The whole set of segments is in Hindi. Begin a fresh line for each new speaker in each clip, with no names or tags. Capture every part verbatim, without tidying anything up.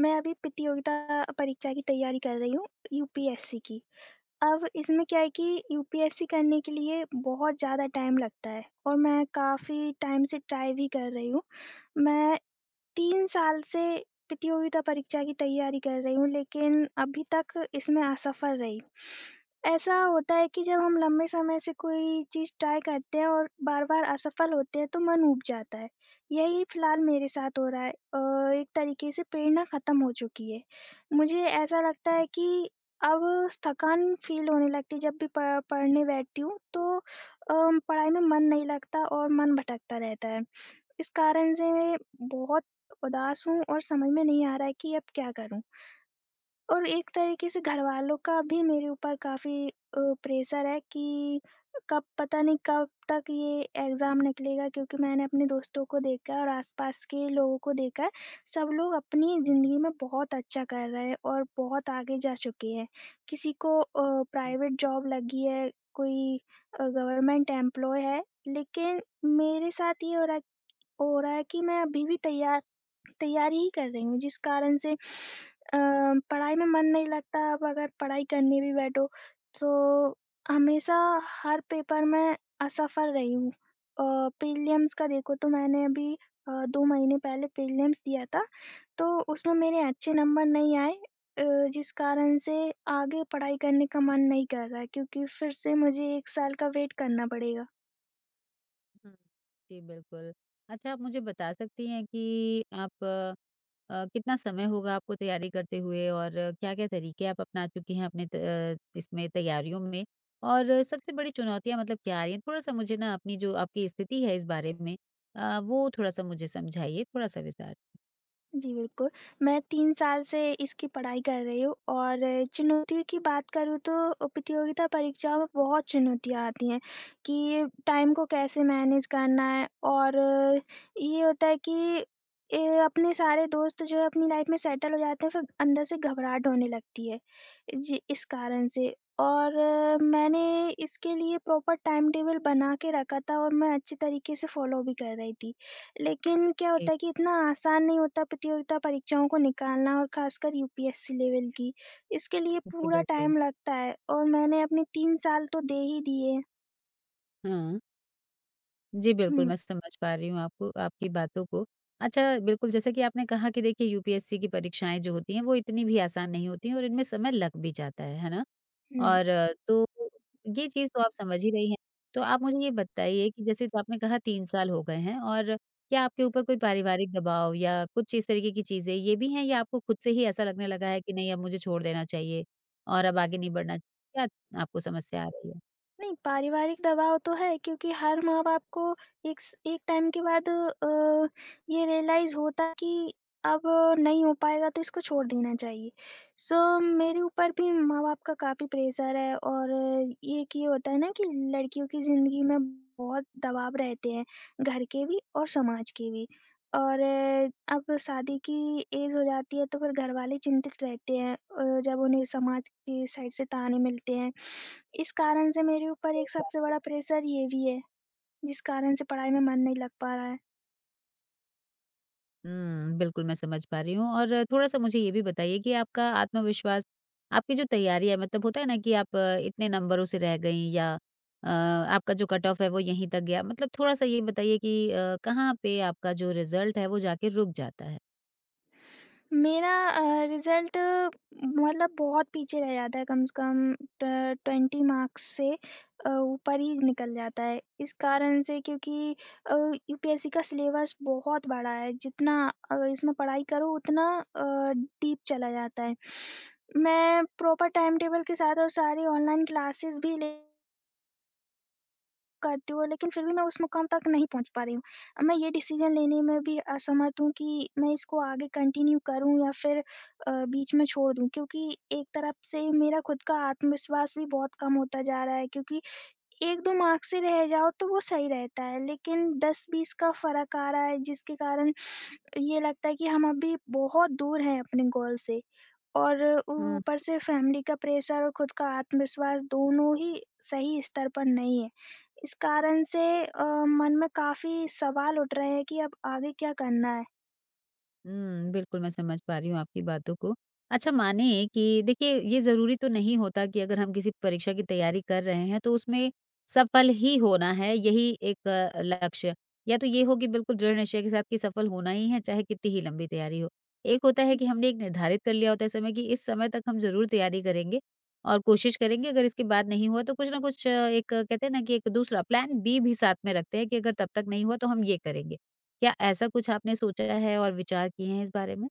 मैं अभी प्रतियोगिता परीक्षा की तैयारी कर रही हूँ, यूपीएससी की। अब इसमें क्या है कि यूपीएससी करने के लिए बहुत ज़्यादा टाइम लगता है और मैं काफ़ी टाइम से ट्राई भी कर रही हूँ। मैं तीन साल से प्रतियोगिता परीक्षा की तैयारी कर रही हूँ, लेकिन अभी तक इसमें असफल रही। ऐसा होता है कि जब हम लंबे समय से कोई चीज़ ट्राई करते हैं और बार-बार असफल होते हैं, तो मन ऊब जाता है। यही फिलहाल मेरे साथ हो रहा है। अ, एक तरीके से प्रेरणा खत्म हो चुकी है। मुझे ऐसा लगता है कि अब थकान फ़ील होने लगती है, जब भी प पढ़ने बैठती हूँ, तो अ, पढ़ाई में मन नहीं लगता और मन भटकता रहता है। इस कारण से बहुत उदास हूँ और समझ में नहीं आ रहा है कि अब क्या करूँ? और एक तरीके से घरवालों का भी मेरे ऊपर काफ़ी अ, प्रेशर है कि कब पता नहीं कब तक ये एग्ज़ाम निकलेगा, क्योंकि मैंने अपने दोस्तों को देखा है और आस-पास के लोगों को देखा है। सब लोग अपनी ज़िंदगी में बहुत अच्छा कर रहे हैं और बहुत आगे जा चुके हैं। किसी को अ,
जी,
प्राइवेट जॉब लगी है, कोई अ, गवर्नमेंट एम्प्लॉय है, लेकिन मेरे साथ ये हो रहा है हो रहा है कि मैं अभी भी तैयार तैयारी ही कर रही हूँ, जिस कारण से अ, पढ़ाई में मन नहीं लगता। अब अगर पढ़ाई करने भी बैठो तो हमेशा हर पेपर में असफल रही हूँ। अ, प्रीलिम्स का देखो तो मैंने अभी अ, दो महीने पहले प्रीलिम्स दिया था, तो उसमें मेरे अच्छे नंबर नहीं आए, अ, जिस कारण से आगे पढ़ाई करने का मन नहीं कर रहा है, क्योंकि फिर से मुझे एक साल का वेट करना पड़ेगा।
हुँ। जी, बिल्कुल। अच्छा आप मुझे बता सकती हैं कि आप अ, अ, कितना समय होगा आपको तैयारी करते हुए और क्या-क्या तरीके आप अपना चुकी हैं अपने त अ, इसमें तैयारियों में? और सबसे बड़ी चुनौतियाँ मतलब क्या आ रही हैं? थोड़ा-सा मुझे ना अपनी जो आपकी स्थिति है इस बारे में अ, वो थोड़ा-सा मुझे समझाइए, थोड़ा-सा विस्तार से।
जी, बिल्कुल। मैं तीन साल से इसकी पढ़ाई कर रही हूँ, और चुनौती की बात करूँ तो प्रतियोगिता परीक्षाओं में बहुत चुनौतियाँ आती हैं कि टाइम को कैसे मैनेज करना है। और ये होता है कि ए, अपने सारे दोस्त जो है अपनी लाइफ में सेटल हो जाते हैं, फिर अंदर से घबराहट होने लगती है। जी, इस कारण से, और मैंने इसके लिए प्रॉपर टाइम टेबल बना के रखा था, और मैं अच्छे तरीके से फ़ॉलो भी कर रही थी। लेकिन क्या
जी,
होता है कि इतना आसान नहीं होता प्रतियोगिता परीक्षाओं को निकालना, और खासकर यूपीएससी लेवल की। इसके लिए
जी,
पूरा
बिल्कुल।
टाइम लगता है, और मैंने अपने तीन साल तो दे ही दिए।
हाँ। जी, बिल्कुल,
हुँ,
मैं समझ पा रही हूँ आपको आपकी बातों को। अच्छा, बिल्कुल जैसा कि आपने कहा कि देखिए यूपीएससी की परीक्षाएँ जो होती हैं, वो इतनी भी आसान नहीं होती हैं और इनमें समय लग भी जाता है, है ना?
हुँ।
और अ, तो ये चीज़ तो आप समझ ही रही हैं। तो आप मुझे ये बताइए कि जैसे तो आपने कहा तीन साल हो गए हैं और क्या आपके ऊपर कोई पारिवारिक दबाव या कुछ इस तरीके की चीज़ें ये भी हैं या आपको खुद से ही ऐसा लगने लगा है कि नहीं अब मुझे छोड़ देना चाहिए और अब आगे नहीं बढ़ना चाहिए? क्या आपको समस्या आ रही है?
नहीं, पारिवारिक दबाव तो है, क्योंकि हर माँ-बाप को एक स एक टाइम के बाद अ, ये रियलाइज़ होता है कि अब नहीं हो पाएगा तो इसको छोड़ देना चाहिए। सो मेरे ऊपर भी माँ-बाप का काफ़ी प्रेशर है, और एक ये कि होता है ना कि लड़कियों की ज़िंदगी में बहुत दबाव रहते हैं, घर के भी और समाज के भी। और अ, अब शादी की एज हो जाती है तो फिर घरवाले चिंतित रहते हैं, अ, जब उन्हें समाज की साइड से ताने मिलते हैं। इस कारण से मेरे ऊपर एक सबसे बड़ा प्रेशर ये भी है, जिस कारण से पढ़ाई में मन नहीं लग पा रहा है।
हुँ, बिल्कुल मैं समझ पा रही हूँ और थोड़ा-सा मुझे ये भी बताइए कि आपका आत्मविश्वास, आपकी जो तैयारी है मतलब होता है ना कि आप अ, इतने नंबरों से रह गईं या अ, आपका जो कट ऑफ है वो यहीं तक गया, मतलब थोड़ा-सा ये बताइए कि अ, कहाँ पे आपका जो रिज़ल्ट है वो जाके रुक जाता है?
मेरा अ, रिज़ल्ट मतलब बहुत पीछे रह जाता है, कम से कम ट ट्वेंटी मार्क्स से अ, ऊपर ही निकल जाता है। इस कारण से, क्योंकि अ, यूपीएससी का सिलेबस बहुत बड़ा है, जितना अ, इसमें पढ़ाई करो उतना अ, डीप चला जाता है। मैं प्रॉपर टाइम टेबल के साथ और सारी ऑनलाइन क्लासेस भी ले करती हूँ, लेकिन फिर भी मैं उस मुकाम तक नहीं पहुँच पा रही हूँ। अब मैं ये डिसीज़न लेने में भी असमर्थ हूँ कि मैं इसको आगे कंटिन्यू करूँ या फिर अ, बीच में छोड़ दूँ, क्योंकि एक तरफ से मेरा खुद का आत्मविश्वास भी बहुत कम होता जा रहा है, क्योंकि एक दो मार्क्स से रह जाओ तो वो सही रहता है, लेकिन दस बीस का फ़र्क आ रहा है, जिसके कारण ये लगता है कि हम अभी बहुत दूर हैं अपने गोल से। और
हम्म।
ऊपर से फैमिली का प्रेशर और खुद का आत्मविश्वास दोनों ही सही स्तर पर नहीं है। इस कारण से अ, मन में काफ़ी सवाल उठ रहे हैं कि अब आगे क्या करना है?
हुँ, बिल्कुल, मैं समझ पा रही हूँ आपकी बातों को। अच्छा मानिए कि देखिए ये ज़रूरी तो नहीं होता कि अगर हम किसी परीक्षा की तैयारी कर रहे हैं तो उसमें सफल ही होना है, यही एक अ, लक्ष्य। या तो ये हो कि बिल्कुल दृढ़ निश्चय के साथ कि सफल होना ही है, चाहे कितनी ही लंबी तैयारी हो। एक होता है कि हमने एक निर्धारित कर लिया होता है समय कि इस समय तक हम ज़रूर तैयारी करेंगे और कोशिश करेंगे, अगर इसके बाद नहीं हुआ तो कुछ ना कुछ अ, एक अ, कहते हैं ना कि एक दूसरा प्लान बी भी साथ में रखते हैं कि अगर तब तक नहीं हुआ तो हम ये करेंगे। क्या ऐसा कुछ आपने सोचा है और विचार किए हैं इस बारे में?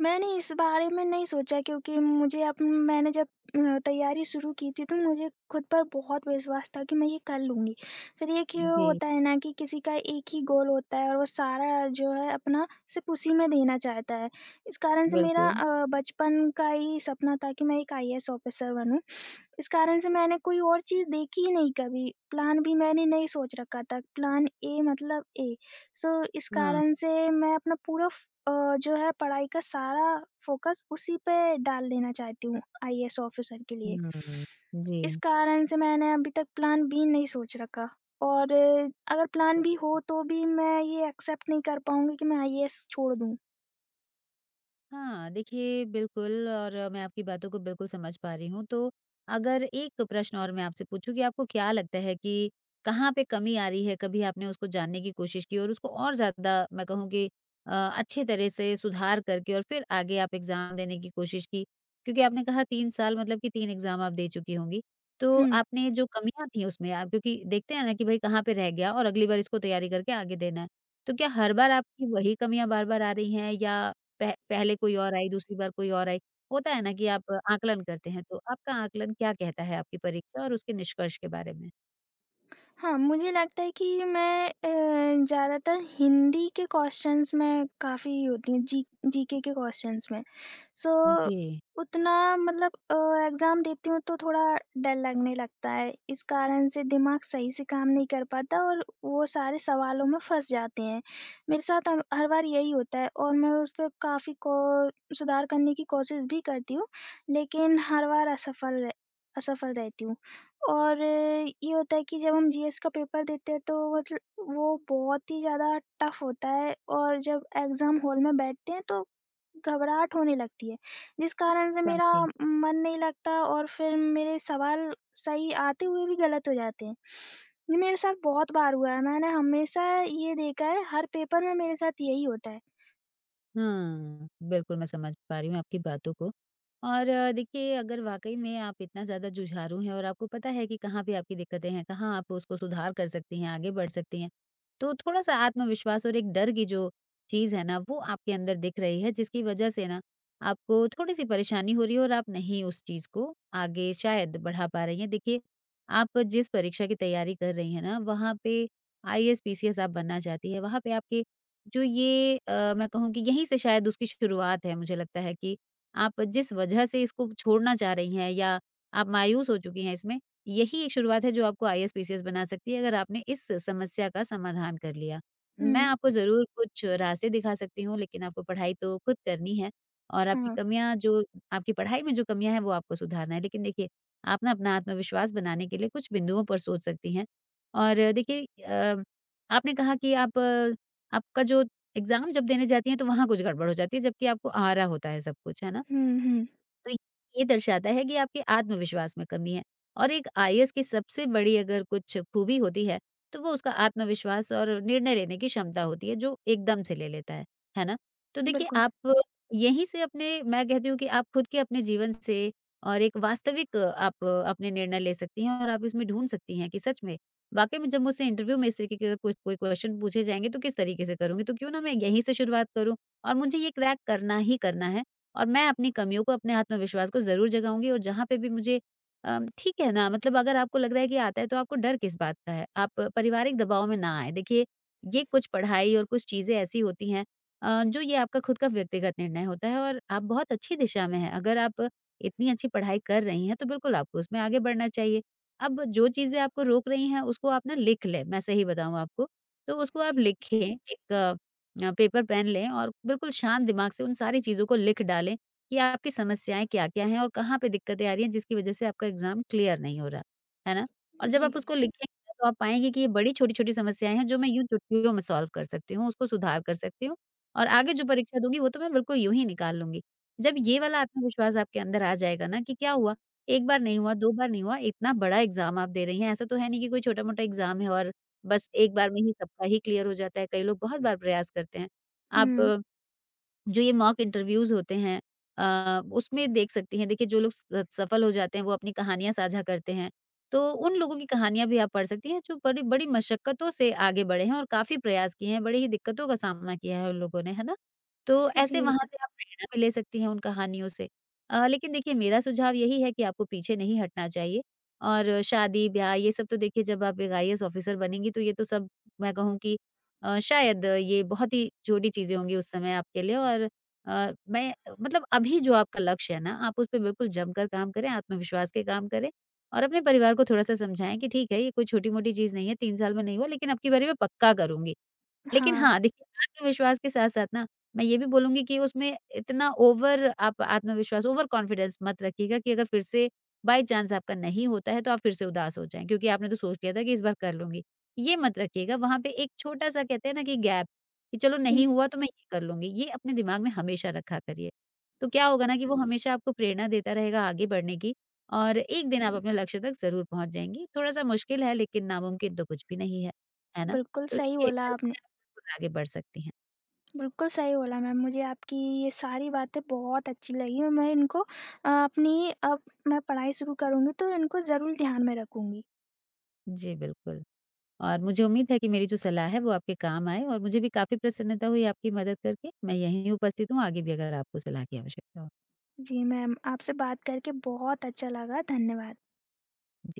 मैंने इस बारे में नहीं सोचा, क्योंकि मुझे अप मैंने जब अ, तैयारी शुरू की थी तो मुझे खुद पर बहुत विश्वास था कि मैं ये कर लूँगी। फिर एक ये क्यों
जी,
होता है ना कि किसी का एक ही गोल होता है और वो सारा जो है अपना सिर्फ़ उसी में देना चाहता है। इस कारण से मेरा
बिल्कुल।
अ, बचपन का ही सपना था कि मैं एक आईएएस ऑफ़िसर बनूँ। इस कारण से मैंने कोई और चीज़ देखी ही नहीं कभी, प्लान भी मैंने नहीं सोच रखा था, प्लान ए मतलब ए। सो इस
हाँ।
कारण से मैं अपना पूरा फ़ अ, जो है पढ़ाई का सारा फ़ोकस उसी पे डाल देना चाहती हूँ आईएएस ऑफ़िसर के लिए।
हुँ,
इस
जी।
कारण से मैंने अभी तक प्लान बी नहीं सोच रखा, और अ, अगर प्लान
सही।
बी हो तो भी मैं ये एक्सेप्ट नहीं कर पाऊँगी कि मैं आईएएस छोड़ दूँ।
हाँ, देखिए बिल्कुल और मैं आपकी बातों को बिल्कुल समझ पा रही हूँ। तो अगर एक प्रश्न और मैं आपसे पूछूँ कि आपको क्या लगता है कि कहाँ पे कमी आ रही है? कभी आपने उसको जानने की कोशिश की और उसको और ज़्यादा मैं कहूँ कि अ, अच्छे तरह से सुधार करके और फिर आगे आप एग्ज़ाम देने की कोशिश की? क्योंकि आपने कहा तीन साल मतलब कि तीन एग्ज़ाम आप दे चुकी होंगी। तो
हुँ।
आपने जो कमियाँ थी उसमें आप क्योंकि देखते हैं ना कि भई कहाँ पे रह गया और अगली बार इसको तैयारी करके आगे देना है। तो क्या हर बार आपकी वही कमियाँ बार-बार आ रही हैं या पह पहले कोई और आई, दूसरी बार कोई और आई। होता है ना कि आप आकलन करते हैं, तो आपका आकलन क्या कहता है आपकी परीक्षा और उसके निष्कर्ष के बारे में?
हाँ, मुझे लगता है कि मैं अ, ज़्यादातर हिंदी के क्वेश्चंस में काफ़ी होती हूँ, जी जीके के क्वेश्चंस में। सो
जी,
उतना मतलब अ, एग्ज़ाम देती हूँ तो थोड़ा डर लगने लगता है, इस कारण से दिमाग सही से काम नहीं कर पाता और वो सारे सवालों में फँस जाते हैं। मेरे साथ हम हर बार यही होता है, और मैं उस पे काफ़ी को सुधार करने की कोशिश भी करती हूँ, लेकिन हर बार असफल रह असफल रहती हूँ। और ये होता है कि जब हम जीएस का पेपर देते हैं तो मतलब वो बहुत ही ज़्यादा टफ होता है, और जब एग्ज़ाम हॉल में बैठते हैं तो घबराहट होने लगती है, जिस कारण से मेरा
समझी।
मन नहीं लगता और फिर मेरे सवाल सही आते हुए भी गलत हो जाते हैं। ये मेरे साथ बहुत बार हुआ है, मैंने हमेशा ये देखा है, हर पेपर में मेरे साथ यही होता है।
हाँ, बिल्कुल मैं समझ पा रही हूँ आपकी बातों को। और अ, देखिए अगर वाक़ई में आप इतना ज़्यादा जुझारू हैं और आपको पता है कि कहाँ पे आपकी दिक्कतें हैं, कहाँ आप उसको सुधार कर सकती हैं, आगे बढ़ सकती हैं। तो थोड़ा-सा आत्मविश्वास और एक डर की जो चीज़ है ना, वो आपके अंदर दिख रही है जिसकी वज़ह से ना आपको थोड़ी-सी परेशानी हो रही है और आप नहीं उस चीज़ को आगे शायद बढ़ा पा रही हैं। देखिए, आप जिस परीक्षा की तैयारी कर रही हैं ना, वहाँ पे आईएएस, पीसीएस आप बनना चाहती हैं, वहाँ पे आपके जो ये अ, मैं कहूँ कि यहीं से शायद उसकी शुरुआत है मुझे लगता है कि आप जिस वजह से इसको छोड़ना चाह रही हैं या आप मायूस हो चुकी हैं इसमें, यही एक शुरुआत है जो आपको आईएएस, पीसीएस बना सकती है अगर आपने इस समस्या का समाधान कर लिया। मैं
हुँ,
आपको ज़रूर कुछ रास्ते दिखा सकती हूँ लेकिन आपको पढ़ाई तो खुद करनी है और आपकी
हाँ।
कमियाँ जो आपकी पढ़ाई में जो कमियाँ हैं वो आपको सुधारना है। लेकिन देखिए, आप ना अपना आत्मविश्वास बनाने के लिए कुछ बिंदुओं पर सोच सकती हैं और देखिए अ, आपने कहा कि आप आपका जो एग्ज़ाम जब देने जाती हैं तो वहाँ कुछ गड़बड़ हो जाती है, जबकि आपको आ रहा होता है सब कुछ, है ना?
हुँ, हुँ,
तो ये दर्शाता है कि आपके आत्मविश्वास में कमी है और एक आईएएस की सबसे बड़ी अगर कुछ खूबी होती है, तो वो उसका आत्मविश्वास और निर्णय लेने की क्षमता होती है जो एकदम से ले लेता है, है ना? तो देखिए
बिल्कुल।
आप यहीं से अपने मैं कहती हूँ कि आप खुद के अपने जीवन से और एक वास्तविक आप अपने निर्णय ले सकती हैं और आप इसमें ढूँढ सकती हैं कि सच में, वाक़ई में जब मुझसे इंटरव्यू में इस तरीके के अगर कोई कोई क्वेश्चन पूछे जाएँगे तो किस तरीके से करूँगी? तो क्यों ना मैं यहीं से शुरुआत करूँ और मुझे ये क्रैक करना ही करना है। और मैं अपनी कमियों को, अपने आत्मविश्वास को ज़रूर जगाऊँगी और जहाँ पे भी मुझे अ, ठीक है ना, मतलब अगर आपको लग रहा है कि आता है, तो आपको डर किस बात का है? आप पारिवारिक दबाव में ना आएँ। देखिए, ये कुछ पढ़ाई और कुछ चीज़ें ऐसी होती हैं अ, जो ये आपका खुद का व्यक्तिगत निर्णय होता है और आप बहुत अच्छी दिशा में हैं। अगर आप इतनी अच्छी पढ़ाई कर रही हैं, तो बिल्कुल आपको उसमें आगे बढ़ना चाहिए। अब जो चीज़ें आपको रोक रही हैं, उसको आप ना लिख लें, मैं सही बताऊँ आपको, तो उसको आप
जी,
लिखें एक अ, पेपर पेन लें और बिल्कुल शांत दिमाग से उन सारी चीज़ों को लिख डालें कि आपकी समस्याएँ क्या-क्या हैं और कहाँ पे दिक्कतें आ रही हैं जिसकी वज़ह से आपका एग्ज़ाम क्लियर नहीं हो रहा, है ना? और जब
जी।
आप उसको लिखेंगे ना तो आप पाएँगे कि ये बड़ी छोटी-छोटी समस्याएँ हैं जो मैं यूँ चुटकियों में सॉल्व कर सकती हूँ, उसको सुधार कर सकती हूँ और आगे जो परीक्षा दूँगी वो तो मैं बिल्कुल यूँ ही निकाल लूँगी। जब ये वाला आत्मविश्वास आपके अंदर आ जाएगा ना कि क्या हुआ, एक बार नहीं हुआ, दो बार नहीं हुआ, इतना बड़ा एग्ज़ाम आप दे रही हैं, ऐसा तो है नहीं कि कोई छोटा-मोटा एग्ज़ाम है और बस एक बार में ही सबका ही क्लियर हो जाता है, कई लोग बहुत बार प्रयास करते हैं। आप
हुँ,
अ, जो ये मॉक इंटरव्यूज़ होते हैं अ, उसमें देख सकती हैं। देखिए जो लोग स सफल हो जाते हैं वो अपनी कहानियाँ साझा करते हैं। तो उन लोगों की कहानियाँ भी आप पढ़ सकती हैं जो बड़ी बड़ी मशक्कतों से आगे बढ़े हैं और काफ़ी प्रयास किए हैं, बड़ी ही दिक्कतों का सामना किया है उन लोगों ने, है ना? तो
जी
ऐसे वहाँ
बिल्कुल।
से आप प्रेरणा भी ले सकती हैं उन कहानियों से। अ, लेकिन देखिए मेरा सुझाव यही है कि आपको पीछे नहीं हटना चाहिए और शादी-ब्याह ये सब तो देखिए जब आप एक आईएएस ऑफ़िसर बनेंगी तो ये तो सब मैं कहूँ कि अ, शायद ये बहुत ही छोटी चीज़ें होंगी उस समय आपके लिए और अ, मैं मतलब अभी जो आपका लक्ष्य है ना, आप उस पे बिल्कुल जमकर काम करें, आत्मविश्वास के काम करें और अपने परिवार को थोड़ा-सा समझाएँ कि ठीक है, ये कोई छोटी-मोटी चीज़ नहीं है, तीन साल में नहीं हुआ लेकिन अब की बारी मैं पक्का करूँगी। लेकिन
हाँ,
हाँ, देखिए आत्मविश्वास के साथ-साथ ना मैं ये भी बोलूँगी कि उसमें इतना ओवर आप आत्मविश्वास ओवर कॉन्फिडेंस मत रखिएगा कि अगर फिर से बाय चांस आपका नहीं होता है, तो आप फिर से उदास हो जाएँ, क्योंकि आपने तो सोच लिया था कि इस बार कर लूँगी। ये मत रखिएगा, वहाँ पे एक छोटा-सा कहते हैं ना कि गैप, कि चलो
हुँ,
नहीं हुआ तो मैं ये कर लूँगी, ये अपने दिमाग में हमेशा रखा करिए। तो क्या होगा ना कि वो हमेशा आपको प्रेरणा देता रहेगा आगे बढ़ने की और एक दिन आप अपने लक्ष्य तक ज़रूर पहुँच जाएँगी। थोड़ा-सा मुश्किल है लेकिन नामुमकिन तो कुछ भी नहीं है, है ना?
बिल्कुल
तो
सही
देखिए इस
बोला
तरह
आपने।
से आप बिल्कुल आगे बढ़ सकती हैं।
बिल्कुल सही बोला मैम, मुझे आपकी ये सारी बातें बहुत अच्छी लगी और मैं इनको अ, अपनी अब मैं पढ़ाई शुरू करूँगी तो इनको ज़रूर ध्यान में रखूँगी।
जी, बिल्कुल। और मुझे उम्मीद है कि मेरी जो सलाह है वो आपके काम आए और मुझे भी काफ़ी प्रसन्नता हुई आपकी मदद करके। मैं यहीं उपस्थित हूँ, आगे भी अगर आपको सलाह की आवश्यकता हो।
जी मैम, आपसे बात करके बहुत अच्छा लगा, धन्यवाद।
जी।